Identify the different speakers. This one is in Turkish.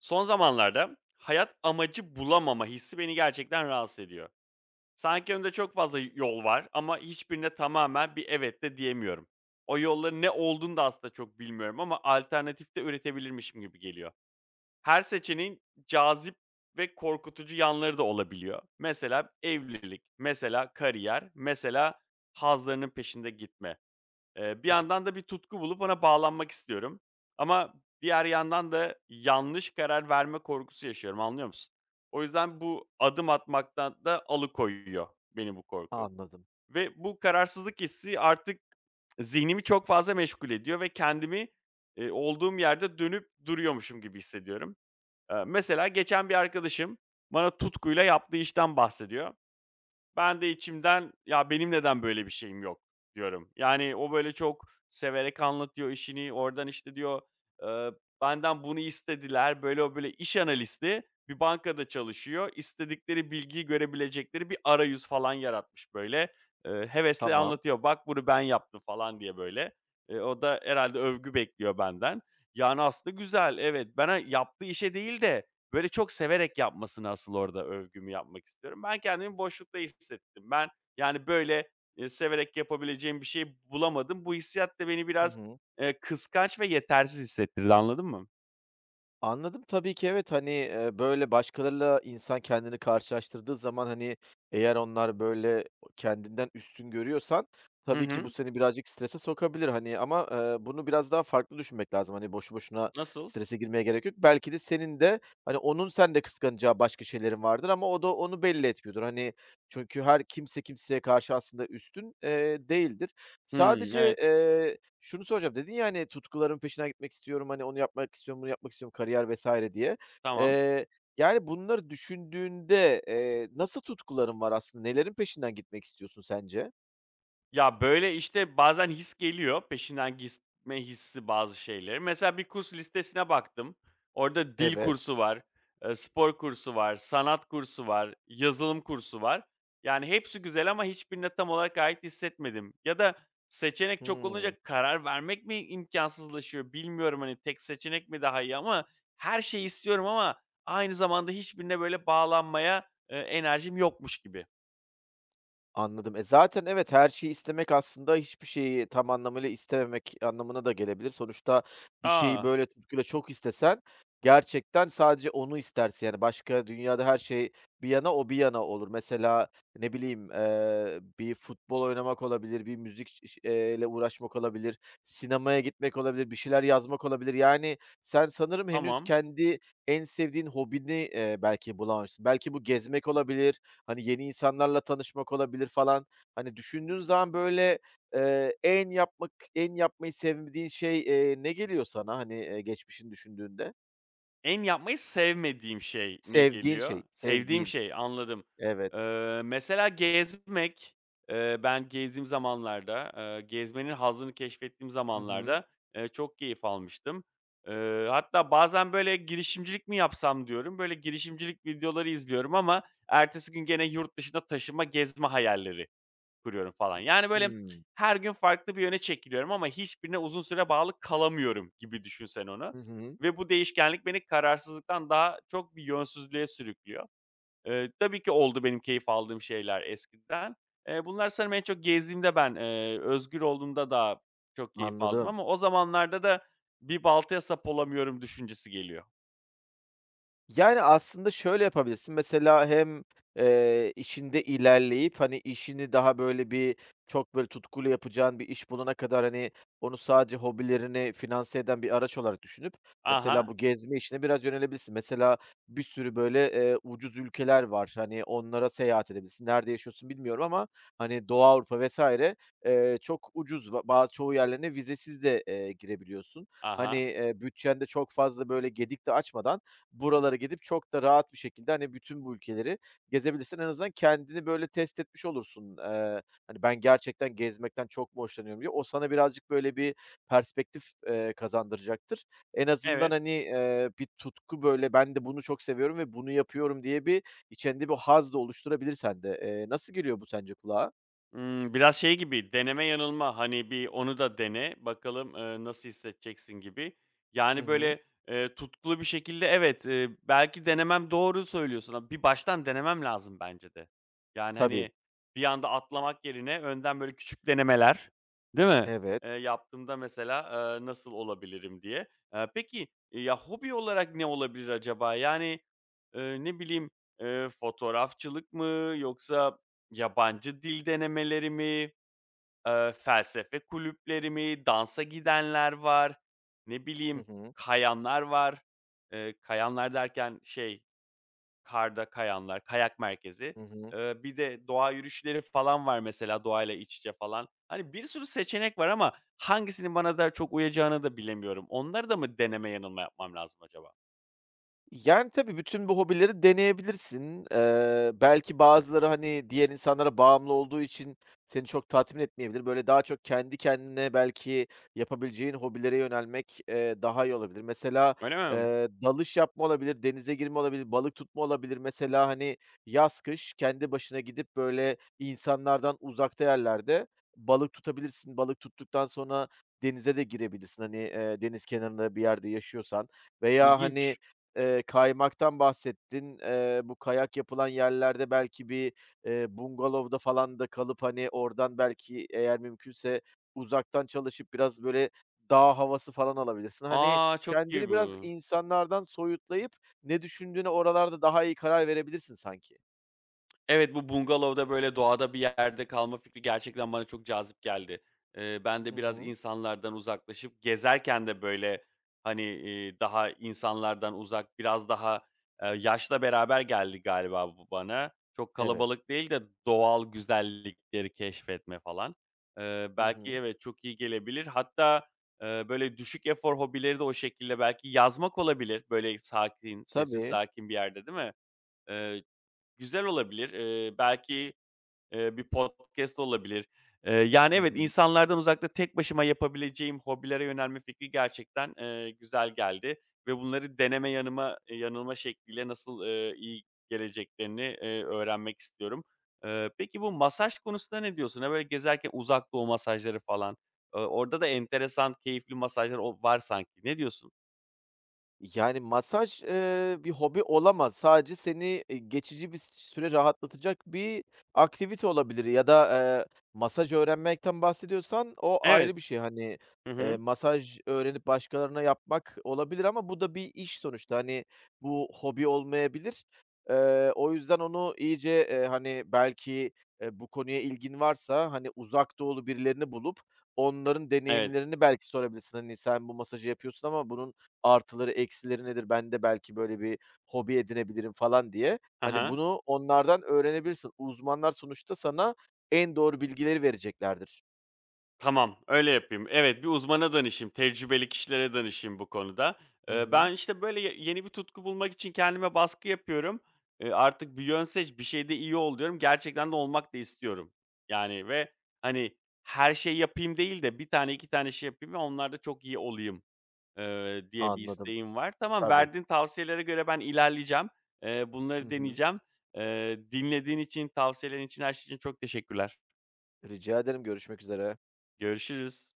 Speaker 1: Son zamanlarda hayat amacı bulamama hissi beni gerçekten rahatsız ediyor. Sanki önümde çok fazla yol var ama hiçbirine tamamen bir evet de diyemiyorum. O yolların ne olduğunu da aslında çok bilmiyorum ama alternatif de üretebilirmişim gibi geliyor. Her seçeneğin cazip ve korkutucu yanları da olabiliyor. Mesela evlilik, mesela kariyer, mesela hazlarının peşinde gitme. Bir
Speaker 2: Hı.
Speaker 1: yandan da bir tutku bulup ona bağlanmak istiyorum. Ama diğer yandan da yanlış karar verme korkusu yaşıyorum, anlıyor musun? O yüzden bu adım atmaktan da alıkoyuyor beni bu korku
Speaker 2: Anladım.
Speaker 1: ve bu kararsızlık hissi artık zihnimi çok fazla meşgul ediyor ve kendimi, olduğum yerde dönüp duruyormuşum gibi hissediyorum. Mesela geçen bir arkadaşım bana tutkuyla yaptığı işten bahsediyor. Ben de içimden, "Ya, benim neden böyle bir şeyim yok?" diyorum. Yani, o, böyle, çok severek anlatıyor işini. Oradan, işte, diyor, eee, "Benden bunu istediler." Böyle, o, böyle, iş analisti, bir bankada çalışıyor. İstedikleri bilgiyi görebilecekleri bir arayüz falan yaratmış, böyle. Hevesle
Speaker 2: Tamam.
Speaker 1: anlatıyor, "Bak, bunu ben yaptım." falan diye, böyle. O da herhâlde övgü bekliyor benden. Yani, aslında güzel, evet. Bana yaptığı işe değil de, böyle, çok severek yapmasını asıl orada övgümü yapmak istiyorum. Ben kendimi boşlukta hissettim. Ben, yani, böyle, severek yapabileceğim bir şey bulamadım. Bu hissiyat da beni
Speaker 2: Hı
Speaker 1: biraz,
Speaker 2: hı.
Speaker 1: kıskanç ve yetersiz hissettirdi, anladın mı?
Speaker 2: Anladım. Tabii ki evet, hani, böyle başkalarıyla insan kendini karşılaştırdığı zaman, hani, eğer onlar böyle kendinden üstün görüyorsan
Speaker 1: Hı
Speaker 2: tabii ki bu
Speaker 1: hı.
Speaker 2: seni birazcık strese sokabilir, hani, ama, bunu biraz daha farklı düşünmek lazım. Hani, boşu boşuna
Speaker 1: Nasıl?
Speaker 2: strese girmeye gerek yok. Belki de senin de, hani, onun sende kıskanacağı başka şeylerin vardır ama o da onu belli etmiyordur. Hani, çünkü her kimse kimseye karşı aslında üstün, değildir.
Speaker 1: Hı,
Speaker 2: Sadece,
Speaker 1: evet,
Speaker 2: şunu soracağım, dedin ya, hani, "Tutkularımın peşinden gitmek istiyorum, hani, onu yapmak istiyorum, bunu yapmak istiyorum, kariyer vesaire diye.
Speaker 1: tamam.
Speaker 2: Eee, yani, bunları düşündüğünde, nasıl tutkuların var aslında? Nelerin peşinden gitmek istiyorsun sence?
Speaker 1: Ya, böyle, işte, bazen his geliyor, peşinden gitme hissi bazı şeylerin. Mesela bir kurs listesine baktım. Orada dil
Speaker 2: Evet.
Speaker 1: kursu var, spor kursu var, sanat kursu var, yazılım kursu var. Yani hepsi güzel ama hiçbirine tam olarak ait hissetmedim. Ya da seçenek çok
Speaker 2: Hıı.
Speaker 1: olunca karar vermek mi imkansızlaşıyor, bilmiyorum, hani, tek seçenek mi daha iyi ama her şeyi istiyorum ama aynı zamanda hiçbirine, böyle, bağlanmaya, enerjim yokmuş gibi.
Speaker 2: Anladım. E, zaten evet, her şeyi istemek aslında hiçbir şeyi tam anlamıyla istememek anlamına da gelebilir. Sonuçta bir şeyi
Speaker 1: A!
Speaker 2: böyle tutkuyla çok istesen gerçekten sadece onu istersin. Yani başka dünyada her şey bir yana, o bir yana olur. Mesela ne bileyim, bir futbol oynamak olabilir, bir müzik ş ile uğraşmak olabilir, sinemaya gitmek olabilir, bir şeyler yazmak olabilir. Yani sen sanırım henüz
Speaker 1: Tamam.
Speaker 2: kendi en sevdiğin hobini, belki bulamamışsın. Belki bu gezmek olabilir, hani, yeni insanlarla tanışmak olabilir falan. Hani, düşündüğün zaman, böyle, en yapmayı sevdiğin şey, ne geliyor sana, hani, geçmişini düşündüğünde?
Speaker 1: En yapmayı sevmediğim şey ne
Speaker 2: Sevdiğin
Speaker 1: geliyor?
Speaker 2: şey,
Speaker 1: Sevdiğim
Speaker 2: sevdiğin.
Speaker 1: şey, anladım.
Speaker 2: Evet.
Speaker 1: Mesela gezmek, ben gezdiğim zamanlarda, gezmenin hazzını keşfettiğim
Speaker 2: Hı hı.
Speaker 1: zamanlarda, çok keyif almıştım. Hatta bazen böyle girişimcilik mi yapsam diyorum. Böyle girişimcilik videoları izliyorum ama ertesi gün gene yurt dışına taşıma gezme hayalleri kuruyorum falan. Yani, böyle,
Speaker 2: Hımm.
Speaker 1: her gün farklı bir yöne çekiliyorum ama hiçbirine uzun süre bağlı kalamıyorum gibi düşün sen onu
Speaker 2: Hı hı.
Speaker 1: ve bu değişkenlik beni kararsızlıktan daha çok bir yönsüzlüğe sürüklüyor. Tabii ki oldu benim keyif aldığım şeyler eskiden. Bunlar sanırım en çok gezdiğimde ben, özgür olduğumda daha çok keyif aldım
Speaker 2: Anladım.
Speaker 1: ama o zamanlarda da bir baltaya sap olamıyorum düşüncesi geliyor.
Speaker 2: Yani, aslında şöyle yapabilirsin. Mesela hem, işinde ilerleyip, hani, işini daha böyle bir çok böyle tutkuyla yapacağın bir iş bulana kadar, hani, onu sadece hobilerini finanse eden bir araç olarak düşünüp mesela
Speaker 1: Aha.
Speaker 2: bu gezme işine biraz yönelebilirsin. Mesela bir sürü böyle, ucuz ülkeler var. Hani, onlara seyahat edebilirsin. Nerede yaşıyorsun bilmiyorum ama, hani, Doğu Avrupa vesaire çok ucuz bazı çoğu yerlerine vizesiz de, girebiliyorsun. Hani,
Speaker 1: Aha.
Speaker 2: bütçen de çok fazla böyle gedik de açmadan buralara gidip çok da rahat bir şekilde, hani, bütün bu ülkeleri gezebilirsin. En azından kendini, böyle, test etmiş olursun. Hani, "Ben gerçekten gezmekten çok mu hoşlanıyorum?" diye. O sana birazcık, böyle, bir perspektif, kazandıracaktır. En azından,
Speaker 1: Evet.
Speaker 2: hani, bir tutku, böyle, "Ben de bunu çok seviyorum ve bunu yapıyorum." diye bir içinde bir haz da oluşturabilir sende. Nasıl geliyor bu sence kulağa?
Speaker 1: Biraz şey gibi, deneme yanılma, hani, bir onu da dene, bakalım, nasıl hissedeceksin gibi.
Speaker 2: Hı
Speaker 1: Yani,
Speaker 2: hı.
Speaker 1: böyle, tutkulu bir şekilde evet, belki denemem doğru söylüyorsun ama bir baştan denemem lazım bence de. Yani,
Speaker 2: Tabii.
Speaker 1: hani, bir anda atlamak yerine önden böyle küçük denemeler, değil mi?
Speaker 2: Evet.
Speaker 1: Yaptığımda mesela, nasıl olabilirim diye. Peki, ya, hobi olarak ne olabilir acaba? Yani, ne bileyim, fotoğrafçılık mı yoksa yabancı dil denemeleri mi, felsefe kulüpleri mi, dansa gidenler var, ne
Speaker 2: Hı
Speaker 1: bileyim,
Speaker 2: hı.
Speaker 1: kayanlar var. Kayanlar derken şey, karda kayanlar, kayak merkezi.
Speaker 2: Hı hı.
Speaker 1: Bir de doğa yürüyüşleri falan var mesela, doğayla iç içe falan. Hani, bir sürü seçenek var ama hangisinin bana daha çok uyacağını da bilemiyorum. Onları da mı deneme yanılma yapmam lazım acaba?
Speaker 2: Yani, tabii bütün bu hobileri deneyebilirsin. Belki bazıları, hani, diğer insanlara bağımlı olduğu için seni çok tatmin etmeyebilir. Böyle daha çok kendi kendine belki yapabileceğin hobilere yönelmek, daha iyi olabilir. Mesela,
Speaker 1: Öyle mi?
Speaker 2: dalış yapma olabilir, denize girme olabilir, balık tutma olabilir. Mesela, hani, yaz kış kendi başına gidip böyle insanlardan uzakta yerlerde balık tutabilirsin. Balık tuttuktan sonra denize de girebilirsin, hani, deniz kenarında bir yerde yaşıyorsan veya, hani,
Speaker 1: İlginç.
Speaker 2: Kaymaktan bahsettin. Bu kayak yapılan yerlerde belki bir, bungalovda falan da kalıp, hani, oradan belki eğer mümkünse uzaktan çalışıp biraz böyle dağ havası falan alabilirsin. Hani,
Speaker 1: Aa, çok iyi
Speaker 2: kendini biraz
Speaker 1: bu.
Speaker 2: insanlardan soyutlayıp ne düşündüğüne oralarda daha iyi karar verebilirsin sanki.
Speaker 1: Evet, bu bungalovda, böyle, doğada bir yerde kalma fikri gerçekten bana çok cazip geldi. Ben
Speaker 2: Hı
Speaker 1: de biraz
Speaker 2: hı.
Speaker 1: insanlardan uzaklaşıp gezerken de, böyle, hani, daha insanlardan uzak, biraz daha, yaşla beraber geldi galiba bu bana. Çok
Speaker 2: Evet.
Speaker 1: kalabalık değil de doğal güzellikleri keşfetme falan.
Speaker 2: Hı
Speaker 1: Belki
Speaker 2: hı.
Speaker 1: evet, çok iyi gelebilir. Hatta, böyle, düşük efor hobileri de o şekilde belki yazmak olabilir. Böyle, sakin, sessiz
Speaker 2: Tabii.
Speaker 1: sakin bir yerde, değil mi? Güzel olabilir. Belki bir podcast olabilir. Yani,
Speaker 2: Hı
Speaker 1: evet,
Speaker 2: hı.
Speaker 1: insanlardan uzakta tek başıma yapabileceğim hobilere yönelme fikri gerçekten, güzel geldi ve bunları deneme yanılma şekliyle nasıl, iyi geleceklerini, öğrenmek istiyorum. Peki bu masaj konusunda ne diyorsun? Ha, böyle gezerken Uzak Doğu masajları falan, orada da enteresan, keyifli masajlar o var sanki. Ne diyorsun?
Speaker 2: Yani, masaj, bir hobi olamaz. Sadece seni, geçici bir süre rahatlatacak bir aktivite olabilir ya da, masaj öğrenmekten bahsediyorsan o
Speaker 1: Evet.
Speaker 2: ayrı bir şey. Hani,
Speaker 1: Hı hı.
Speaker 2: masaj öğrenip başkalarına yapmak olabilir ama bu da bir iş sonuçta. Hani, bu hobi olmayabilir. O yüzden onu iyice, hani, belki, bu konuya ilgin varsa, hani, uzak doğulu birilerini bulup onların
Speaker 1: Evet.
Speaker 2: deneyimlerini belki sorabilirsin. Hani, sen bu masajı yapıyorsun ama bunun artıları, eksileri nedir? Ben de belki böyle bir hobi edinebilirim falan diye. Hani,
Speaker 1: Hı.
Speaker 2: bunu onlardan öğrenebilirsin. Uzmanlar sonuçta sana en doğru bilgileri vereceklerdir.
Speaker 1: Tamam, öyle yapayım. Evet, bir uzmana danışayım, tecrübeli kişilere danışayım bu konuda.
Speaker 2: Hı hı.
Speaker 1: Ben, işte, böyle, yeni bir tutku bulmak için kendime baskı yapıyorum. Artık bir yön seç, bir şeyde iyi ol diyorum. Gerçekten de olmak da istiyorum. Yani ve, hani, her şey yapayım değil de bir tane 2 tane şey yapayım ve onlarda çok iyi olayım, diye bir
Speaker 2: Anladım.
Speaker 1: isteğim var. Tamam,
Speaker 2: Tabii.
Speaker 1: verdiğin tavsiyelere göre ben ilerleyeceğim.
Speaker 2: Hı
Speaker 1: Bunları
Speaker 2: hı.
Speaker 1: deneyeceğim. Dinlediğin için, tavsiyelerin için, her şey için çok teşekkürler.
Speaker 2: Rica ederim. Görüşmek üzere.
Speaker 1: Görüşürüz.